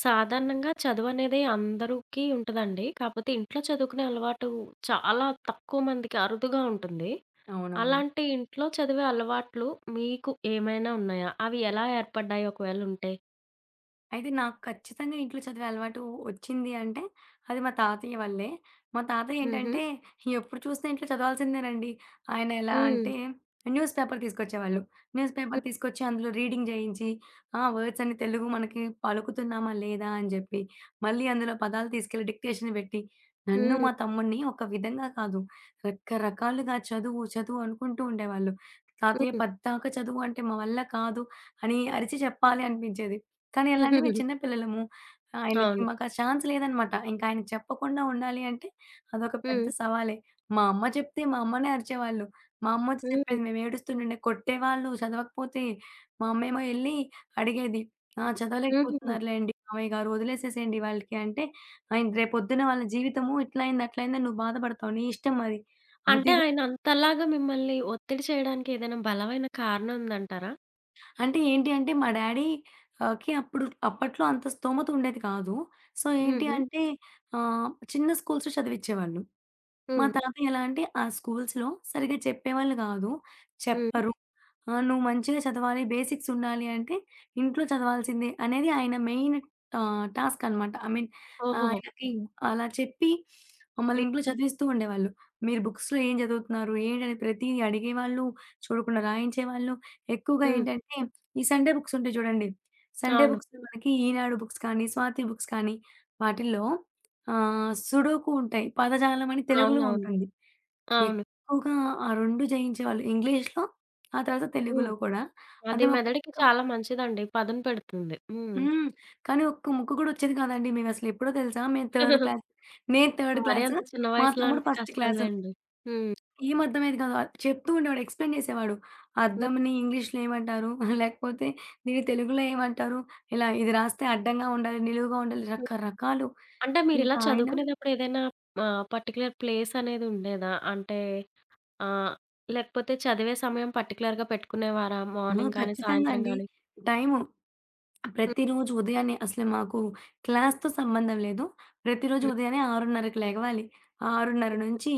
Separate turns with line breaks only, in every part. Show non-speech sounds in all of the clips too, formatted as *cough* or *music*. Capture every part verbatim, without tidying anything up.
సాధారణంగా చదువనేది అందరికీ ఉంటదండి. కాపోతే ఇంట్లో చదువుకునే అలవాటు చాలా తక్కువ మందికి అరుదుగా ఉంటుంది.
అవునవును.
అలాంటి ఇంట్లో చదివే అలవాట్లు మీకు ఏమైనా ఉన్నాయా? అవి ఎలా ఏర్పడ్డాయి ఒకవేళ ఉంటే?
అయితే నాకు ఖచ్చితంగా ఇంట్లో చదివే అలవాటు ఒచ్చింది అంటే, అది మా తాతయ్య వల్లే. మా తాతయ్య
హుహు.
ఏంటంటే, ఎప్పుడు చూసినా ఇంట్లో చదవాల్సిందేనండి. ఆయన ఎలా
హ్మ్.
అంటే, న్యూస్ పేపర్ తీసుకొచ్చేవాళ్ళు. Newspaper
hmm.
తీసుకొచ్చి అందులో రీడింగ్ జేయించి, ఆ వర్డ్స్ అన్ని తెలుగు మనకి పలుకుతున్నామా లేదా అని జెప్పి, మళ్ళీ అందులో పదాలు తీసుకెళ్ళి డిక్టేషన్ బెట్టి, నన్ను
హ్మ్.
మా తమ్ముడిని ఒక విధంగా కాదు, రకరకాలుగా చదువు, చదువు అనుకుంటూ ఉండేవాళ్ళు. తాతయ్య
హ్మ్.
పద్దాక చదువు అంటే మా వల్ల కాదు అని అరిచి చెప్పాలి అనిపించేది. కానీ ఎలా అంటే మేము చిన్న
*laughs*
పిల్లలము. ఆయనకి
అవును.
మాకా ఛాన్స్ లేదనమాట. ఇంకా ఆయనకి చెప్పకుండా ఉండాలి అంటే అదొక పెద్ద
హ్మ్.
సవాలే. మా అమ్మ చెప్తే మా అమ్మనే అరిచేవాళ్ళు. మా అమ్మొచ్చి
హ్మ్.
చెప్పేది. మేము ఏడుస్తుంటుండే కొట్టేవాళ్ళు చదవకపోతే. మా అమ్మేమో ఎళ్లి అడిగేది. "ఆ!
హుహుహు.
చదవలేకపోతున్నారులేండి మామయ్య గారు వదిలేసేసేయండి వాళ్ళకి" అంటే, ఆయన "రేపొద్దున వాళ్ళ జీవితము ఇట్లా అయింది, అట్లా అయిందని నువ్వు బాధపడతావు. నీ ఇష్టం అది." అది
అంటే ఆయన అంతలాగా మిమ్మల్ని ఒత్తిడి చేయడానికి ఏదైనా బలమైన కారణం ఉందంటారా?
అంటే ఏంటి అంటే మా డ్యాడీ ఆహ్, కి అప్పుడు అప్పట్లో అంత స్తోమత ఉండేది కాదు. సో, ఏంటి
హుహు.
అంటే ఆహ్, చిన్న స్కూల్స్‌లో చదివిచ్చేవాళ్ళు. మా
హ్మ్.
తాతయ్య ఎలా అంటే ఆ స్కూల్స్‌లో సరిగ్గా చెప్పేవాళ్ళు కాదు.
హ్మ్.
చెప్పరు. ఆ! నువ్వు మంచిగా చదవాలి, బేసిక్స్ ఉండాలి అంటే ఇంట్లో చదవాల్సిందే అనేది ఆయన మెయిన్ ఆహ్, టాస్క్ అనమాట. ఐ మీన్
ఓహోహో!
ఆయనకి అలా చెప్పి మమ్మల్ని
హ్మ్.
ఇంట్లో చదివిస్తూ ఉండేవాళ్ళు. మీరు బుక్స్‌లో ఏం చదువుతున్నారు? ఏంటని ప్రతీది అడిగేవాళ్ళు, చూడకుండా రాయించేవాళ్ళు. ఎక్కువగా
హ్మ్.
ఏంటంటే ఈ సండే బుక్స్ ఉంటాయి చూడండి. సండే
అవును.
బుక్స్‌లో మనకి ఈనాడు బుక్స్ కానీ, స్వాతి బుక్స్ కానీ వాటిల్లో ఆహ్, సుడోకు ఉంటాయి. పదజాలం అని తెలుగులో
అవునవును.
ఉంటుంది.
అవును.
ఎక్కువగా ఆ రెండు జయించేవాళ్ళు. ఇంగ్లీష్‌లో, ఆ తర్వాత
హ్మ్.
తెలుగులో కూడా. అంటే
అది మెదడుకి
మాకొక్క
చాలా మంచిదండి. పదును పెడుతుంది. హ్మ్.
హ్మ్. కానీ ఒక్క ముక్క కూడా వచ్చేది కాదండి. మేమసలెప్పుడో తెలుసా? మేము థర్డ్ క్లాస్.
*laughs*
నేను థర్డ్
మరీ
క్లాసు.
అంత చిన్న
మా
వయసులో
తమ్ముడు
అంటే
ఫస్ట్ క్లాసు.
కష్టంలేండి. హ్మ్.
ఏం అర్థమయ్యేది కాదు. ఆహ్, చెప్తూ ఉండేవాడు. ఎక్స్‌ప్లెయిన్ చేసేవాడు.
హ్మ్.
అద్దంని ఇంగ్లీష్‌లో ఏమంటారు? *laughs* లేకపోతే దీన్ని తెలుగులో ఏమంటారు? ఇలా ఇది రాస్తే అడ్డంగా ఉండాలి, నిలువుగా ఉండాలి
హ్మ్.
రకరకాలు.
అంటే మీరిలా
ఇంకా ఆయన
చదువుకునేటప్పుడు ఏదైనా ఆహ్, పర్టిక్యులర్ ప్లేస్ అనేది ఉండేదా? అంటే ఆహ్, లేకపోతే చదివే సమయం పర్టిక్యులర్‌గా పెట్టుకునేవారా?
ఆ!
మార్నింగ్ కానీ,
ఖచ్చితంగా
సాయంత్రం
అండి.
గానీ?
టైము.
హ్మ్.
ప్రతిరోజు ఉదయాన్నే అసలు మాకు క్లాస్‌తో సంబంధం లేదు. ప్రతిరోజు
హ్మ్.
ఉదయాన్నే 6:30కి లెగవాలి. ఆరున్నర నుంచి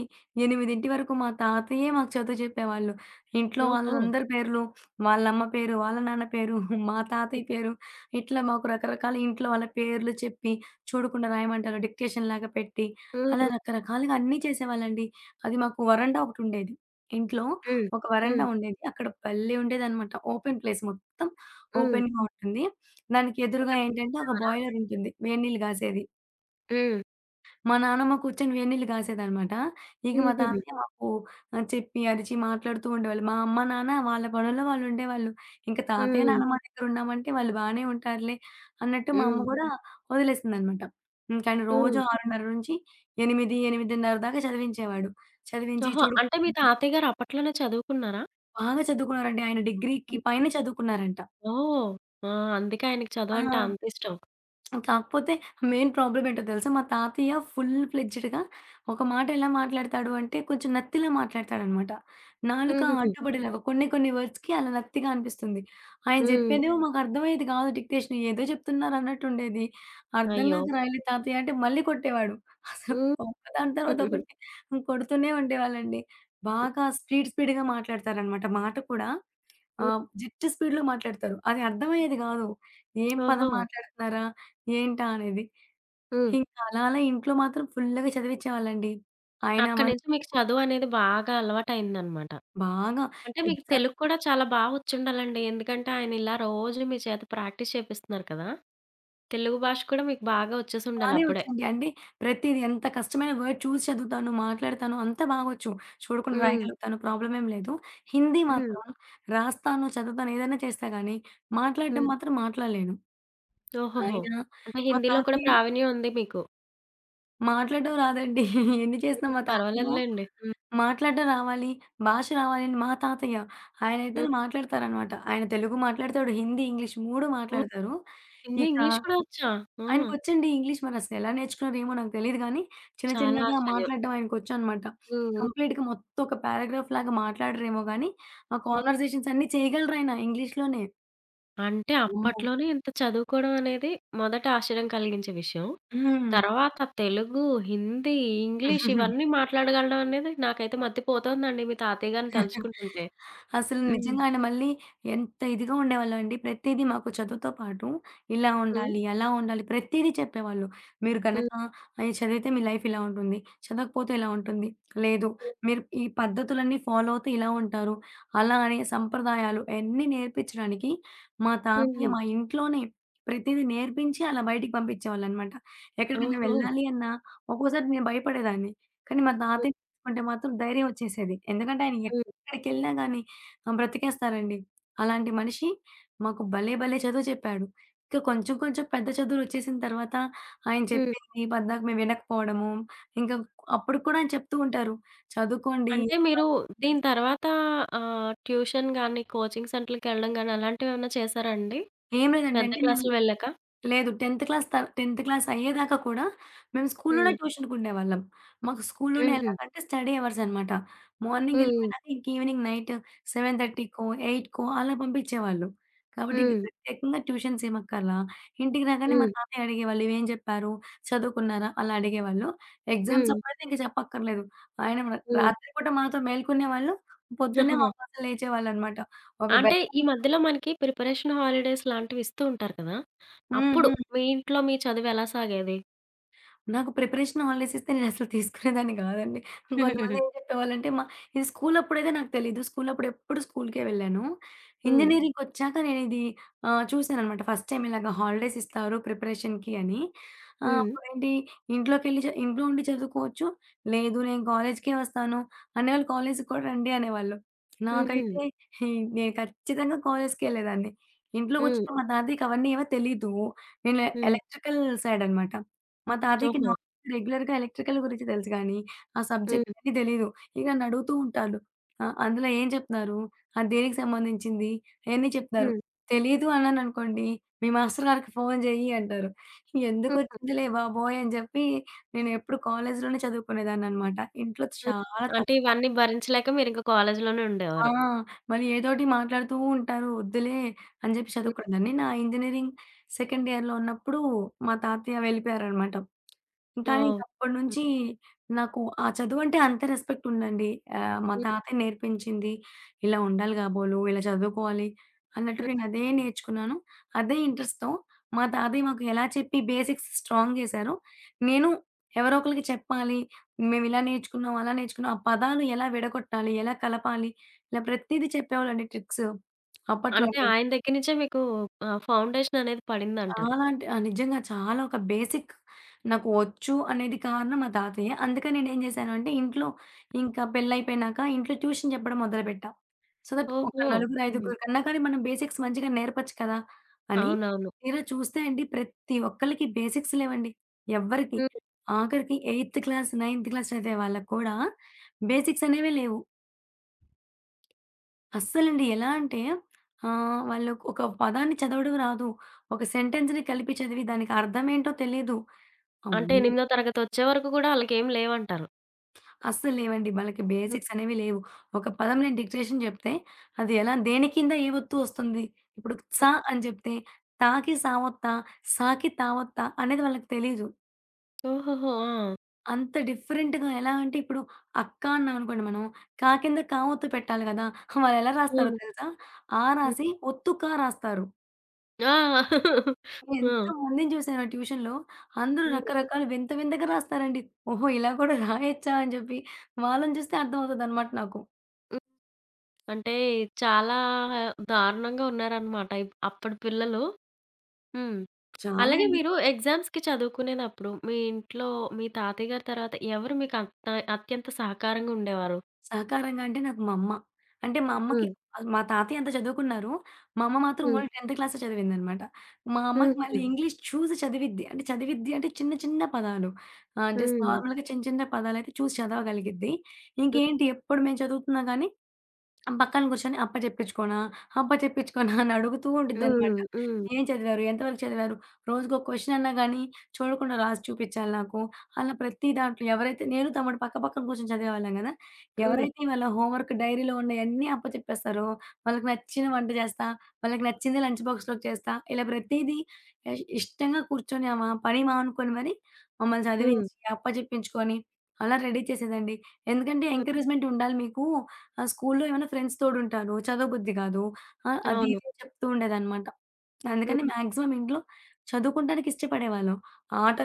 ఎనిమిది వరకు మా తాతయ్యే మాకు చదువు చెప్పేవాళ్ళు. ఇంట్లో
ఓహో!
వాళ్ళందరి పేర్లు, వాళ్ళమ్మ పేరు, వాళ్ళ నాన్న పేరు, మా తాతయ్య పేరు ఇట్లా మాకు రకరకాల ఇంట్లో వాళ్ళ పేర్లు చెప్పి, చూడకుండా రాయమంటారు డిక్టేషన్‌లాగా పెట్టి, అలా
హ్మ్.
రకరకాలుగా అన్నీ చేసేవాళ్ళండి. అది మాకు వరండా ఒకటుండేది. ఇంట్లో
హ్మ్.
ఒక వరండా
హ్మ్.
ఉండేది. అక్కడ భలే ఉండేదనమాట. ఓపెన్ ప్లేస్ మొత్తం
హ్మ్.
ఓపెన్‌గా ఉంటుంది. దానికి ఎదురుగా
అక్కడ
ఏంటంటే ఒక
ఉండేవారా?
బాయిలర్ ఉంటుంది. వేడి నీళ్ళు గాసేది.
హ్మ్.
మా నానమ్మ కూర్చొని వేడి నీళ్ళు గాసేదనమాట. ఇక మా
హుహుహు.
తాతయ్య మాకు ఆహ్, చెప్పి, అరిచి మాట్లాడుతూ ఉండేవాళ్ళు. మా అమ్మ, నాన్న వాళ్ళ పనుల్లో వాళ్ళుండేవాళ్ళు. ఇంక తాతయ్య,
హ్మ్.
నానమ్మ దగ్గరున్నామంటే వాళ్ళు బానే ఉంటారులే అన్నట్టు మా
హ్మ్.
అమ్మ గూడా వదిలేసిందనమాట. ఇంక ఆయన రోజు
హ్మ్.
ఆరున్నర నుంచి ఎనిమిది, ఎనిమిదిన్నర దాకా చదివించేవాడు. చదివించి
ఓహో!
చూడు
అంటే మీ తాతయ్య గారు అప్పట్లోనే చదువుకున్నారా?
బాగా చదువుకున్నారండి. ఆయన డిగ్రీకి పైనే చదువుకున్నారంట.
ఓహ్! ఆ! అందుకే ఆయనకి
ఆ!
చదువంటే అంతిష్టం.
కాకపోతే మెయిన్ ప్రాబ్లమ్ ఏంటో తెలుసా? మా తాతయ్య ఫుల్ ఫ్లెడ్జ్డ్‌గా ఒక మాట ఎలా మాట్లాడతాడు అంటే కొంచెం నత్తిలా మాట్లాడతాడనమాట. నాలుక
హుహుహు.
అడ్డుపడేలాగా కొన్ని కొన్ని వర్డ్స్‌కి అలా నత్తిగా అనిపిస్తుంది. ఆయన
హ్మ్.
చెప్పేదేమో మాకు అర్థమయ్యేది కాదు డిక్టేషన్. ఏదో చెప్తున్నారు అన్నట్టుండేది. అర్థం
అయ్యో!
కాక రాయలే తాతయ్య అంటే మళ్ళీ కొట్టేవాడు. అసలు
హ్మ్.
ఒకదాని తర్వాత
హుహుహు.
ఒకటి కొడుతూనే ఉండేవాళ్ళండి. బాగా స్పీడ్ స్పీడ్‌గా మాట్లాడతారనమాట మాట కూడా. ఆ!
హ్మ్.
జిట్టి స్పీడ్‌లో మాట్లాడతారు. అది అర్థమయ్యేది గాదు. ఏం పదం
ఓహో!
మాట్లాడుతున్నారా? ఏంటా అనేది.
హ్మ్.
ఇంకా అలా అలా ఇంట్లో మాత్రం ఫుల్లుగా చదివిచ్చేవాళ్ళండి. ఆయన
అక్కడి
మంచి
నుంచి మీకు చదువనేది బాగా అలవాటయిందనమాట.
బాగా
అంటే మీకు
ఎగ్జామ్
తెలుగు కూడా చాలా బా వచ్చుండాలండి. ఎందుకంటే ఆయన ఇలా రోజు మీ చేత ప్రాక్టీస్ చేపిస్తున్నారు కదా! తెలుగు భాష కూడా మీకు బాగా వచ్చేసుండాలి
బానే
అప్పుడే.
వచ్చండి. అంటే ప్రతీది ఎంత కష్టమైన వర్డ్ చూసి చదువుతాను, మాట్లాడతాను అంతా బాగొచ్చు. చూడకుండా
హ్మ్.
రాయగలుగుతాను. ప్రాబ్లమ్ ఏం లేదు. హిందీ
హ్మ్.
మాత్రం రాస్తాను, చదువుతాను ఏదైనా చేస్తా గానీ, మాట్లాడడం
హ్మ్.
మాత్రం మాట్లాడలేను.
ఓహోహో!
ఆయన
అంటే
మా
హిందీలో కూడా
తాతయ్య
ప్రావీణ్యం ఉంది మీకు.
మాట్లాడడం రాదండి. *laughs* ఎన్ని
హ్మ్.
చేసినా మా తాతయేమో
పర్వాలేదులెండి. హ్మ్.
మాట్లాడడం రావాలి, భాష రావాలి అని మా తాతయ్య. ఆయన ఇద్దరు
హ్మ్.
మాట్లాడతారనమాట. ఆయన తెలుగు మాట్లాడతాడు, హిందీ, ఇంగ్లీష్ మూడు
ఓహ్!
మాట్లాడతారు.
హిందీ,
ఇక
ఇంగ్లీష్ కూడా వచ్చా? ఆ!
ఆయనకొచ్చండి ఇంగ్లీష్ మరసలెలా నేర్చుకున్నారో ఏమో నాకు తెలీదు గానీ, చిన్న
చాలా
చిన్నగా
ఆశ్చర్యం.
మాట్లాడడం ఆయనకొచ్చనమాట.
హ్మ్. హ్మ్.
కంప్లీట్‌గా మొత్తం ఒక పారాగ్రాఫ్ లాగా మాట్లాడరేమో గానీ, ఆ కాన్వర్సేషన్స్ అన్నీ చేయగలరాయన ఇంగ్లీష్‌లోనే.
అంటే
అమ్మో!
అప్పట్లోనే ఇంత చదువుకోవడం అనేది మొదట ఆశ్చర్యం కలిగించే విషయం.
హ్మ్.
తర్వాత తెలుగు, హిందీ, ఇంగ్లీష్ ఇవన్నీ
*laughs*
మాట్లాడగలడం అనేది నాకైతే మతిపోతోందండి మీ తాతయ్య గారిని తలుచుకుంటుంటే.
అసలు
హ్మ్.
నిజంగానే మళ్ళీ ఎంత ఇదిగా ఉండేవాళ్ళండి. ప్రతీదీ మాకు చదువుతో పాటు ఇలా
హ్మ్.
ఉండాలి, అలా ఉండాలి ప్రతీదీ చెప్పేవాళ్ళు. మీరు
హ్మ్.
గనక ఆహ్, చదివితే మీ లైఫ్ ఇలా ఉంటుంది. చదవకపోతే ఇలా ఉంటుంది. లేదు మీరు ఈ పద్ధతులన్నీ ఫాలో అవుతే ఇలా ఉంటారు. అలా అనే సంప్రదాయాలు అన్నీ నేర్పించడానికి మా తాతయ్య
హుహు.
మా ఇంట్లోనే ప్రతీదీ నేర్పించి అలా బయటికి పంపించేవాళ్ళనమాట. ఎక్కడికైనా
ఓహో!
వెళ్ళాలి అన్నా ఒక్కోసారి నేను భయపడేదాన్ని. కానీ మా తాతయ్య
హ్మ్.
చూసుకుంటే మాత్రం ధైర్యం వచ్చేసేది. ఎందుకంటే ఆయన
హ్మ్.
ఎక్కడికెళ్ళినా గాని ఆహ్, బ్రతికేస్తారండి. అలాంటి మనిషి మాకు భలే భలే చదువు చెప్పాడు. ఇక కొంచెం కొంచెం పెద్ద చదువులొచ్చేసిన తర్వాత ఆయన
హ్మ్.
చెప్పింది పద్దాక మేము వినకపోవడము, ఇంకా అప్పుడు కూడా ఆయన చెప్తూ ఉంటారు. చదువుకోండి
అంటే
ఏం
మీరు
కాదు
దీని తర్వాత ఆహ్, ట్యూషన్ గాని, కోచింగ్ సెంటర్‌లకెళ్ళడం గాని అలాంటివేమన్నా చేశారా అండి?
ఏం లేదండి.
పెద్ద
అంటే మేము
క్లాసులు వెళ్ళాక?
లేదు. 10థ్ క్లాస్ త 10థ్ క్లాస్ అయ్యేదాకా కూడా మేము స్కూల్లోనే
హ్మ్.
ట్యూషన్‌కుండేవాళ్ళం. మాకు స్కూల్లోనే
హుహు.
ఎలాగంటే స్టడీ అవర్స్ అన్నమాట. మార్నింగ్
హ్మ్.
ఎళ్ళిపోయినాక ఇంక ఈవినింగ్ నైట్ 7:30కో, 8కో అలా పంపించేవాళ్ళు. కాబట్టి ఇంక
హ్మ్.
ప్రత్యేకంగా ట్యూషన్స్ ఏమక్కర్లా. ఇంటికి రాగానే మా
హ్మ్.
తాతయ్య అడిగేవాళ్ళు, "ఇవేం చెప్పారు? చదువుకున్నారా?" అలా అడిగేవాళ్ళు. ఎగ్జామ్స్
హ్మ్.
అప్పుడైతే ఇంక చెప్పక్కర్లేదు. ఆయన ర
హ్మ్.
రాత్రి పూట మాతో మేలుకునేవాళ్ళు. పొద్దున్నే మా
హ్మ్.
కోసం లేచేవాళ్ళన్నమాట. ఒక
అంటే
బెత్తం
ఈ మధ్యలో మనకి ప్రిపరేషన్ హాలిడేస్ లాంటివి ఇస్తూ ఉంటారు కదా!
హ్మ్.
అప్పుడు
హ్మ్.
మీ ఇంట్లో మీ చదువు ఎలా సాగేది?
నాకు ప్రిపరేషన్ హాలిడేస్ ఇస్తే నేనసలు తీసుకునేదాన్ని గాదండి. కొంతమంది ఏం చెప్పేవాళ్ళంటే మా ఇది స్కూలప్పుడైతే నాకు తెలీదు. స్కూలప్పుడు ఎప్పుడు స్కూలుకే వెళ్ళాను.
హ్మ్.
ఇంజినీరింగ్‌కొచ్చాక నేనిది ఆహ్, చూసాననమాట ఫస్ట్ టైమ్ ఇలాగ హాలిడేస్ ఇస్తారు ప్రిపరేషన్‌కి అని. ఆహ్,
హ్మ్.
అప్పుడేంటి ఇంట్లోకెళ్ళి చ ఇంట్లో ఉండి చదువుకోవచ్చు. లేదు నేను కాలేజీకే వస్తాను అనేవాళ్ళు కాలేజీకి కూడా రండి అనేవాళ్ళు.
హుహు.
నాకైతే నేను ఖచ్చితంగా కాలేజీకెళ్ళేదాన్ని.
హ్మ్.
ఇంట్లోకొచ్చిన మా తాతయ్యకి అవన్నీ ఏవో తెలీదు. నేను
హ్మ్.
ఎలక్ట్రికల్ సైడనమాట. మా తాతయ్యకి
ఓహో!
నార్మల్‌గా రెగ్యులర్‌గా ఎలక్ట్రికల్ గురించి తెలుసు గానీ, ఆ సబ్జెక్ట్
హ్మ్.
అన్నీ తెలీదు. ఇక నన్ను అడుగుతూ ఉంటారు. ఆహ్, అందులో ఏం చెప్తున్నారు? అది దేనికి సంబంధించింది? అయన్నీ చెప్తారు.
హ్మ్.
తెలీదు అన్నాననుకోండి, "మీ మాస్టర్ గారికి ఫోన్ చెయ్యి" అంటారు.
హ్మ్.
ఎందుకొచ్చిందిలే బాబోయ్! అని చెప్పి నేనెప్పుడు కాలేజీలోనే చదువుకునేదాన్ననమాట. ఇంట్లో
హ్మ్.
చాలా
అంటే
తక్కువ.
ఇవన్నీ భరించలేక మీరింక కాలేజీలోనే
ఆ!
ఉండేవారు.
మళ్ళీ ఏదోటి మాట్లాడుతూ ఉంటారు. వద్దులే అని జెప్పి
హ్మ్.
చదువుకునేదాన్ని. నా ఇంజినీరింగ్ సెకండ్ ఇయర్‌లో ఉన్నప్పుడు మా తాతయ్య వెళ్ళిపోయారనమాట. కానీ
ఓహ్!
ఇంకప్పటినుంచి
హ్మ్.
నాకు ఆ చదువంటే అంత రెస్పెక్ట్ ఉందండి. ఆహ్, మా
హ్మ్.
తాతయ్య నేర్పించింది ఇలా ఉండాలి కాబోలు, ఇలా చదువుకోవాలి అన్నట్టు
హ్మ్.
నేనదే నేర్చుకున్నాను. అదే ఇంట్రెస్ట్‌తో మా తాతయ్య మాకు ఎలా చెప్పి బేసిక్స్ స్ట్రాంగ్ జేశారో, నేను ఎవరో ఒకళ్ళకి చెప్పాలి. మేమిలా నేర్చుకున్నాం, అలా నేర్చుకున్నాం. ఆ పదాలు ఎలా విడగొట్టాలి, ఎలా కలపాలి ఇలా ప్రతీదీ చెప్పేవాళ్ళండి ట్రిక్స్.
అంటే
అప్పట్లోనే
ఆయన దగ్గర నుంచే మీకు ఆహ్, ఫౌండేషన్ అనేది పడిందంటారు.
చాలా అంటే ఆ! నిజంగా చాలా ఒక బేసిక్ నాకు వచ్చు అనేది కారణం మా తాతయ్యే. అందుకని నేనేం జేశాను అంటే ఇంట్లో ఇంకా పెళ్లయిపోయినాక ఇంట్లో ట్యూషన్ చెప్పడం మొదలుపెట్టా. సో దట్ ఒక
ఓహో!
నలుగురు,
హ్మ్.
ఐదుగురు కన్నా కానీ మనం బేసిక్స్ మంచిగా నేర్పొచ్చు కదా! అని
అవునవును.
తీరా చూస్తే అండి ప్రతి ఒక్కళ్ళకి బేసిక్స్ లేవండి. ఎవ్వరికీ.
హ్మ్.
ఆఖరికి ఎయిత్ క్లాస్, నైన్త్ క్లాస్ చదివే వాళ్ళకి కూడా బేసిక్స్ అనేవే లేవు. అస్సలండి. ఎలా అంటే ఆహ్, వాళ్ళు ఒక పదాన్ని చదవడం రాదు. ఒక సెంటెన్స్‌ని కలిపి చదివి దానికి అర్థమేంటో తెలీదు.
అంటే
అమ్మో!
ఎనిమిదో తరగతొచ్చే వరకు కూడా ఆళ్ళకేం లేవంటారు.
అస్సల్లేవండి. వాళ్ళకి
హ్మ్.
బేసిక్స్ అనేవి లేవు. ఒక పదం నేను డిక్టేషన్ చెప్తే అది ఎలా దేని కింద ఏ ఒత్తు వస్తుంది? ఇప్పుడు 'స' అని చెప్తే 'తా'కి 'స' ఒత్తా? 'స'కి 'త' ఒత్తా? అనేది వాళ్ళకి తెలీదు.
ఓహోహో! ఆ!
అంత డిఫరెంట్‌గా ఎలా అంటే ఇప్పుడు అక్క అన్నామనుకోండి మనం క కింద 'కా' ఒత్తు పెట్టాలి కదా! వాళ్ళెలా రాస్తారో
అవును.
తెలుసా? 'ఆ'
హ్మ్.
రాసి ఒత్తు 'క' రాస్తారు.
ఆ! *laughs* ఆ!
ఎంతమందిని చూసానో ట్యూషన్‌లో. అందరూ
హ్మ్.
రకరకాలు వింత వింతగా రాస్తారండి. ఓహో! ఇలా కూడా రాయొచ్చా అని చెప్పి వాళ్ళని చూస్తే అర్థమవుతదనమాట నాకు.
హ్మ్. అంటే చాలా దారుణంగా ఉన్నారనమాట. ఇప్ అప్పటి పిల్లలు. హ్మ్.
చాలా
అలాగే
అండి
మీరు ఎగ్జామ్స్‌కి చదువుకునేదప్పుడు మీ ఇంట్లో మీ తాతయ్య గారి తర్వాత ఎవరు మీకు అత్త అత్యంత సహకారంగా ఉండేవారు?
సహకారంగా అంటే నాకు మా అమ్మ. అంటే మా అమ్మకి
హ్మ్.
మా తాతయ్య అంతా చదువుకున్నారు. మా అమ్మ మాత్రం
హ్మ్.
ఓన్లీ 10థ్ క్లాసే చదివిందనమాట. మా అమ్మకి మళ్ళీ
హుహు.
ఇంగ్లీష్ చూసి చదివిద్ది. అంటే చదివిద్ది అంటే చిన్న చిన్న పదాలు. ఆహ్, జస్ట్
హ్మ్.
నార్మల్‌గా చిన్న చిన్న పదాలైతే చూసి చదవగలిగిద్ది.
హ్మ్.
ఇంకేంటి ఎప్పుడు మేము చదువుతున్నా గాని ఆ! పక్కన కూర్చొని అప్ప చెప్పించుకోనా? అప్ప చెప్పించుకోనా? అని అడుగుతూ ఉండిద్దనమాట.
హ్మ్. హ్మ్.
ఏం చదివారు? ఎంతవరకు చదివారు? రోజుకో క్వెషన్ అన్నా గానీ, చూడకుండా రాసి చూపించాలి నాకు. అలా ప్రతి దాంట్లో ఎవరైతే నేను తమ్ముడు పక్క పక్కన కూర్చొని చదివేవాళ్ళం గదా!
హ్మ్.
ఎవరైతే వాళ్ళ హోంవర్క్ డైరీలో ఉన్నయన్నీ అప్పచెప్పేస్తారో, వాళ్ళకి నచ్చిన వంట చేస్తా, వాళ్ళకి నచ్చింది లంచ్ బాక్స్‌లోకి చేస్తా, ఇలా ప్రతీదీ ఇష్ ఇష్టంగా కూర్చొని ఆమ పని మానుకొని మరి మమ్మల్ని
హ్మ్.
చదివించి, అప్పచెప్పించుకొని అలా రెడీ చేసేదండి. ఎందుకంటే
హ్మ్.
ఎంకరేజ్‌మెంట్ ఉండాలి మీకు. ఆ స్కూల్లో ఏమైనా ఫ్రెండ్స్ తోడుంటారు. చదవబుద్ధి కాదు. ఆహ్, అది
అవును.
ఇది అని చెప్తూ ఉండేదనమాట.
హ్మ్.
అందుకని మాక్సిమం ఇంట్లో చదువుకుంటానికి ఇష్టపడేవాళ్ళం.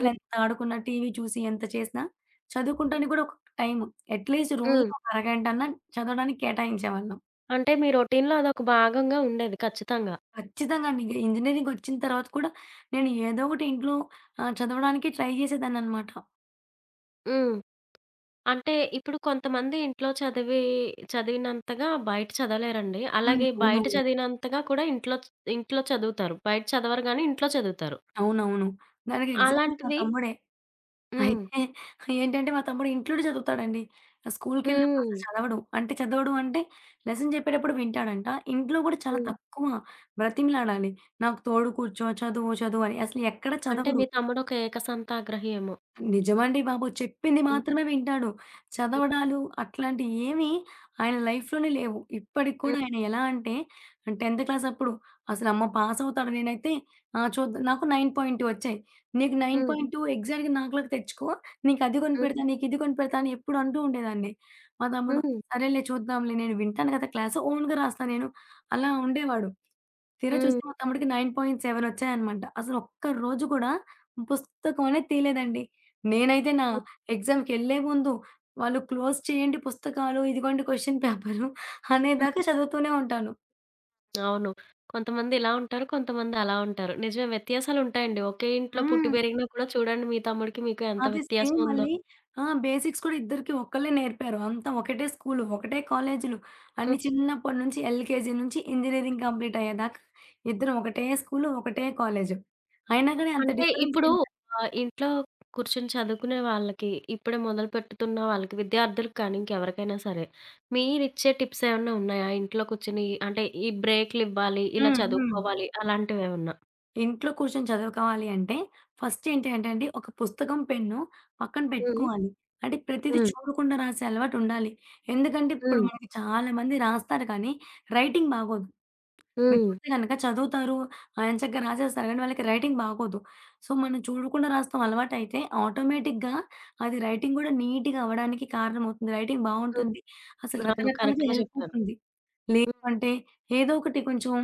హ్మ్.
ఆడుకున్నా, టీవీ చూసి ఎంత చేసినా, చదువుకుంటానికి కూడా ఒక టైము. అట్‌లీస్ట్
హ్మ్.
రోజులో ఒక అరగంటన్నా చదవడానికి కేటాయించేవాళ్ళం.
అంటే మీ రొటీన్‌లో అదొక భాగంగా ఉండేది ఖచ్చితంగా.
ఖచ్చితంగా అండి. ఇంక ఇంజినీరింగొచ్చిన తర్వాత కూడా నేను ఏదో ఒకటి ఇంట్లో ఆహ్, చదవడానికి ట్రై చేసేదాన్ననమాట.
హ్మ్. అంటే ఇప్పుడు కొంతమంది ఇంట్లో చదివి చదివినంతగా బయట చదవలేరండి.
హ్మ్.
అలాగే బయట
అవునవును.
చదివినంతగా కూడా ఇంట్లో చ్ ఇంట్లో చదువుతారు. బయట చదవరు గానీ ఇంట్లో చదువుతారు.
అవునవును. దానికి ఎగ్జాంపుల్ మా
అలాంటిది
తమ్ముడే.
హ్మ్.
అయితే ఏంటంటే మా తమ్ముడు ఇంట్లోనే చదువుతాడండి. స్కూలుకెళ్ళినప్పుడు
హ్మ్.
అసలు చదవడు. అంటే చదవడు అంటే లెసన్ చెప్పేటప్పుడు వింటాడంట. ఇంట్లో గూడా చాలా
హ్మ్.
తక్కువ బ్రతిమిలాడాలి. నాకు తోడు కూర్చో, చదువు, చదువు అని. అసలు ఎక్కడ
అంటే
చదవడు.
మీ తమ్ముడు ఒక ఏకసంతాగ్రహి ఏమో.
నిజమండి బాబు. చెప్పింది
హ్మ్.
మాత్రమే వింటాడు. చదవడాలు అట్లాంటియి ఏమి ఆయన లైఫ్‌లోనే లేవు. ఇప్పటికి కూడా
హ్మ్.
ఆయన ఎలా అంటే 10థ్ క్లాస్ అప్పుడు అసలు అమ్మ పాసవుతాడు నేనైతే ఆ! చూద్దాం నాకు తొమ్మిది పాయింట్ రెండు వచ్చాయి. "నీకు
హ్మ్.
తొమ్మిది పాయింట్ రెండు ఎగ్జాక్ట్‌గా నాకులాగా తెచ్చుకో. నీకు అది
హ్మ్.
కొనిపెడతా, నీకు ఇది కొనిపెడతా" అని ఎప్పుడు అంటూ ఉండేదాన్ని. మా తమ్ముడు
హ్మ్.
"సరేలే చూద్దాంలే నేను వింటాను కదా క్లాసు ఓన్‌గా రాస్తా నేను" అలా ఉండేవాడు. తీరా
హ్మ్.
చూస్తే మా తమ్ముడికి తొమ్మిది పాయింట్ ఏడు వచ్చాయన్నమాట. అసలు ఒక్క రోజు కూడా పుస్తకం అనేది తీయలేదండి. నేనైతే నా
హ్మ్.
ఎగ్జామ్‌కెళ్ళే ముందు వాళ్ళు క్లోజ్ చేయండి పుస్తకాలు, ఇదిగోండి క్వెషన్ పేపరు
హ్మ్.
అనేదాకా చదువుతూనే ఉంటాను.
అవును. కొంతమంది ఇలా ఉంటారు. కొంతమంది అలా ఉంటారు. నిజమే వ్యత్యాసాలుంటాయండి. ఒకే ఇంట్లో పుట్టి
హ్మ్.
పెరిగినా కూడా చూడండి మీ తమ్ముడికి మీకు ఎంత
అది సేమ్
వ్యత్యాసం ఉందో.
మళ్ళీ ఆ! బేసిక్స్ కూడా ఇద్దరికీ ఒక్కళ్ళే నేర్పారు. అంతా ఒకటే స్కూలు, ఒకటే కాలేజీలు. అన్నీ చిన్నప్పటి నుంచి ఎల్‌కేజీ నుంచి ఇంజినీరింగ్ కంప్లీట్ అయ్యేదాకా ఇద్దరం ఒకటే స్కూలు, ఒకటే కాలేజు. అయినా గాని అంత
అంటే
డిఫరెన్స్
ఇప్పుడు
ఏంట
ఆహ్, ఇంట్లో కూర్చొని చదువుకునే వాళ్ళకి, ఇప్పుడే మొదలు పెట్టుతున్న వాళ్ళకి, విద్యార్థులకు కానీ, ఇంకెవరికైనా సరే, మీరిచ్చే టిప్స్ ఏమన్నా ఉన్నాయా? ఇంట్లో కూర్చొని అంటే ఈ బ్రేకులివ్వాలి, ఇలా
హ్మ్. హ్మ్.
చదువుకోవాలి అలాంటివేమన్నా?
ఇంట్లో కూర్చొని చదువుకోవాలి అంటే, ఫస్ట్ ఏంటి అంటే అండి, ఒక పుస్తకం, పెన్ను పక్కన
హ్మ్.
పెట్టుకోవాలి. అంటే ప్రతీదీ
హ్మ్.
చూడకుండా రాసే అలవాటుండాలి. ఎందుకంటే ఇప్పుడు
హ్మ్.
మనకి చాలామంది రాస్తారు కానీ, రైటింగ్ బాగోదు. మీరు
హ్మ్.
చూస్తే గనక చదువుతారు. ఎంచక్కా రాసేస్తారు. కానీ వాళ్ళకి రైటింగ్ బాగోదు. సో, మనం చూడకుండా రాస్తాం అలవాటైతే ఆటోమేటిక్‌గా అది రైటింగ్ గూడా నీట్‌గా అవ్వడానికి కారణమవుతుంది. రైటింగ్
హ్మ్.
బావుంటుంది. అసలు
అవును.
రకరకాలుగా
కరెక్ట్‌గా
హెల్ప్
చెప్పారు.
అవుతుంది. లేదు
హ్మ్.
అంటే ఏదో ఒకటి కొంచెం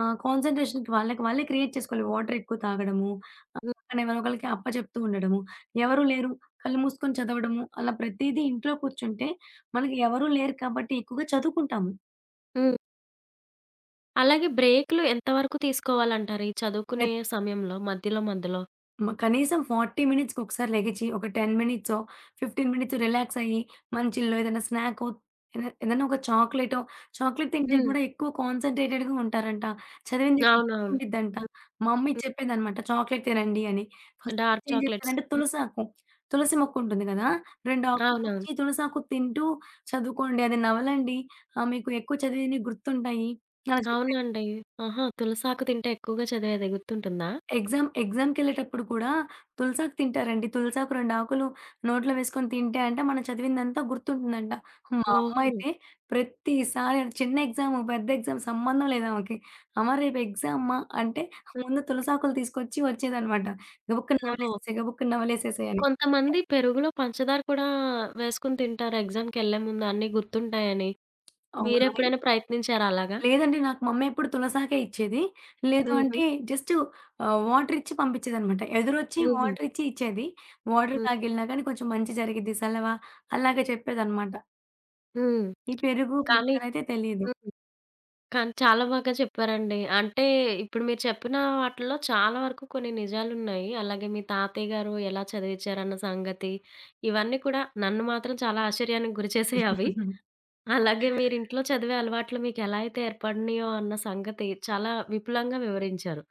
ఆహ్, కాన్సంట్రేషన్‌కి వాళ్ళకి వాళ్ళే క్రియేట్ చేసుకోవాలి. వాటర్ ఎక్కువ తాగడము, ఆహ్,
హ్మ్.
పక్కన ఎవరో ఒకళ్ళకి అప్పచెప్తూ ఉండడము, ఎవరు లేరు కళ్ళు మూసుకొని చదవడము, అలా ప్రతీదీ ఇంట్లో కూర్చుంటే మనకి ఎవరు లేరు కాబట్టి ఎక్కువగా చదువుకుంటాము.
హ్మ్. అలాగే బ్రేకులు ఎంత వరకు తీసుకోవాలంటారు? ఈ చదువుకునే సమయంలో మధ్యలో మధ్యలో?
మ కనీసం నలభై మినిట్స్‌కొకసారి లెగిచి, ఒక పది మినిట్సో, పదిహేను మినిట్స్ రిలాక్స్ అయ్యి, మంచిల్లో ఏదైనా స్నాకో, ఏద ఏదైనా ఒక చాక్లేటో చాక్లేట్ తింటే
హ్మ్.
కూడా ఎక్కువ కాన్సంట్రేటెడ్‌గా ఉంటారంట. చదివింది
అవునవును.
గుర్తుండిద్దంట.
హ్మ్.
మా మమ్మీ
హ్మ్.
చెప్పేదనమాట చాక్లేట్ తినండి అని. ఫస్ట్
డార్క్
ఏం
చాక్లెట్స్.
చెప్పేదంటే తులసాకు, తులసి మొక్కుంటుంది కదా! రెండు ఆకులు
అవునవును.
తుంచి తులసాకు తింటూ చదువుకోండి. అది నవలండి. ఆహ్, మీకు ఎక్కువ చదివినవి గుర్తుంటాయి. అలా చెప్పారు.
అవునండి. ఆహా! తులసాకు తింటే ఎక్కువగా చదివేది గుర్తుంటుందా?
ఎగ్జామ్ ఎగ్జామ్‌కెళ్ళేటప్పుడు కూడా తులసాకు తింటారండి. తులసాకు రెండు ఆకులు నోట్లో వేసుకొని తింటే అంట మనం చదివిందంతా గుర్తుంటుందంట. మా అమ్మ
ఓహో!
అయితే ప్రతిసారి అది చిన్న ఎగ్జాము, పెద్ద ఎగ్జామ్ సంబంధం లేదామెకి. అమ్మ రేపు ఎగ్జామ్ అమ్మ అంటే
హ్మ్.
ముందు తులసాకులు తీసుకొచ్చి వచ్చేదనమాట. గబుక్కున
ఓహో!
నమిలేసేసేయి, గబుక్కున నమిలేసేసేయి అని.
కొంతమంది పెరుగులో పంచదార కూడా వేసుకొని తింటారు ఎగ్జామ్‌కెళ్ళే ముందు అన్నీ గుర్తుంటాయని.
అవునా!
మీరెప్పుడైనా ప్రయత్నించారా అలాగా?
లేదండి. నాకు మమ్మీ ఎప్పుడు తులసాకే ఇచ్చేది. లేదు ఓకే.
హుహు.
అంటే జస్ట్ ఆహ్, వాటర్ ఇచ్చి పంపించేదనమాట. ఎదురొచ్చి హ్మ్.
హుహు.
వాటర్ ఇచ్చి ఇచ్చేది. వాటర్
హ్మ్.
తాగెళ్ళినా కానీ కొంచెం మంచి జరిగిద్ది సలవ అలాగే చెప్పేదనమాట.
హ్మ్.
ఈ పెరుగు
కానీ
పంచదారైతే తెలీదు.
హ్మ్. కానీ చాలా బాగా చెప్పారండి. అంటే ఇప్పుడు మీరు చెప్పిన వాటిల్లో చాలా వరకు కొన్ని నిజాలున్నాయి. అలాగే మీ తాతయ్య గారు ఎలా చదివిచ్చారన్న సంగతి, ఇవన్నీ కూడా నన్ను మాత్రం చాలా ఆశ్చర్యానికి గురిచేసాయవి.
*laughs*
అలాగే మీరింట్లో చదివే అలవాట్లు మీకెలా అయితే ఏర్పడినయో అన్న సంగతి చాలా విపులంగా వివరించారు.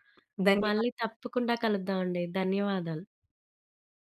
మళ్ళీ
ధన్యవాదాలు.
తప్పకుండా కలుద్దామండి. ధన్యవాదాలు.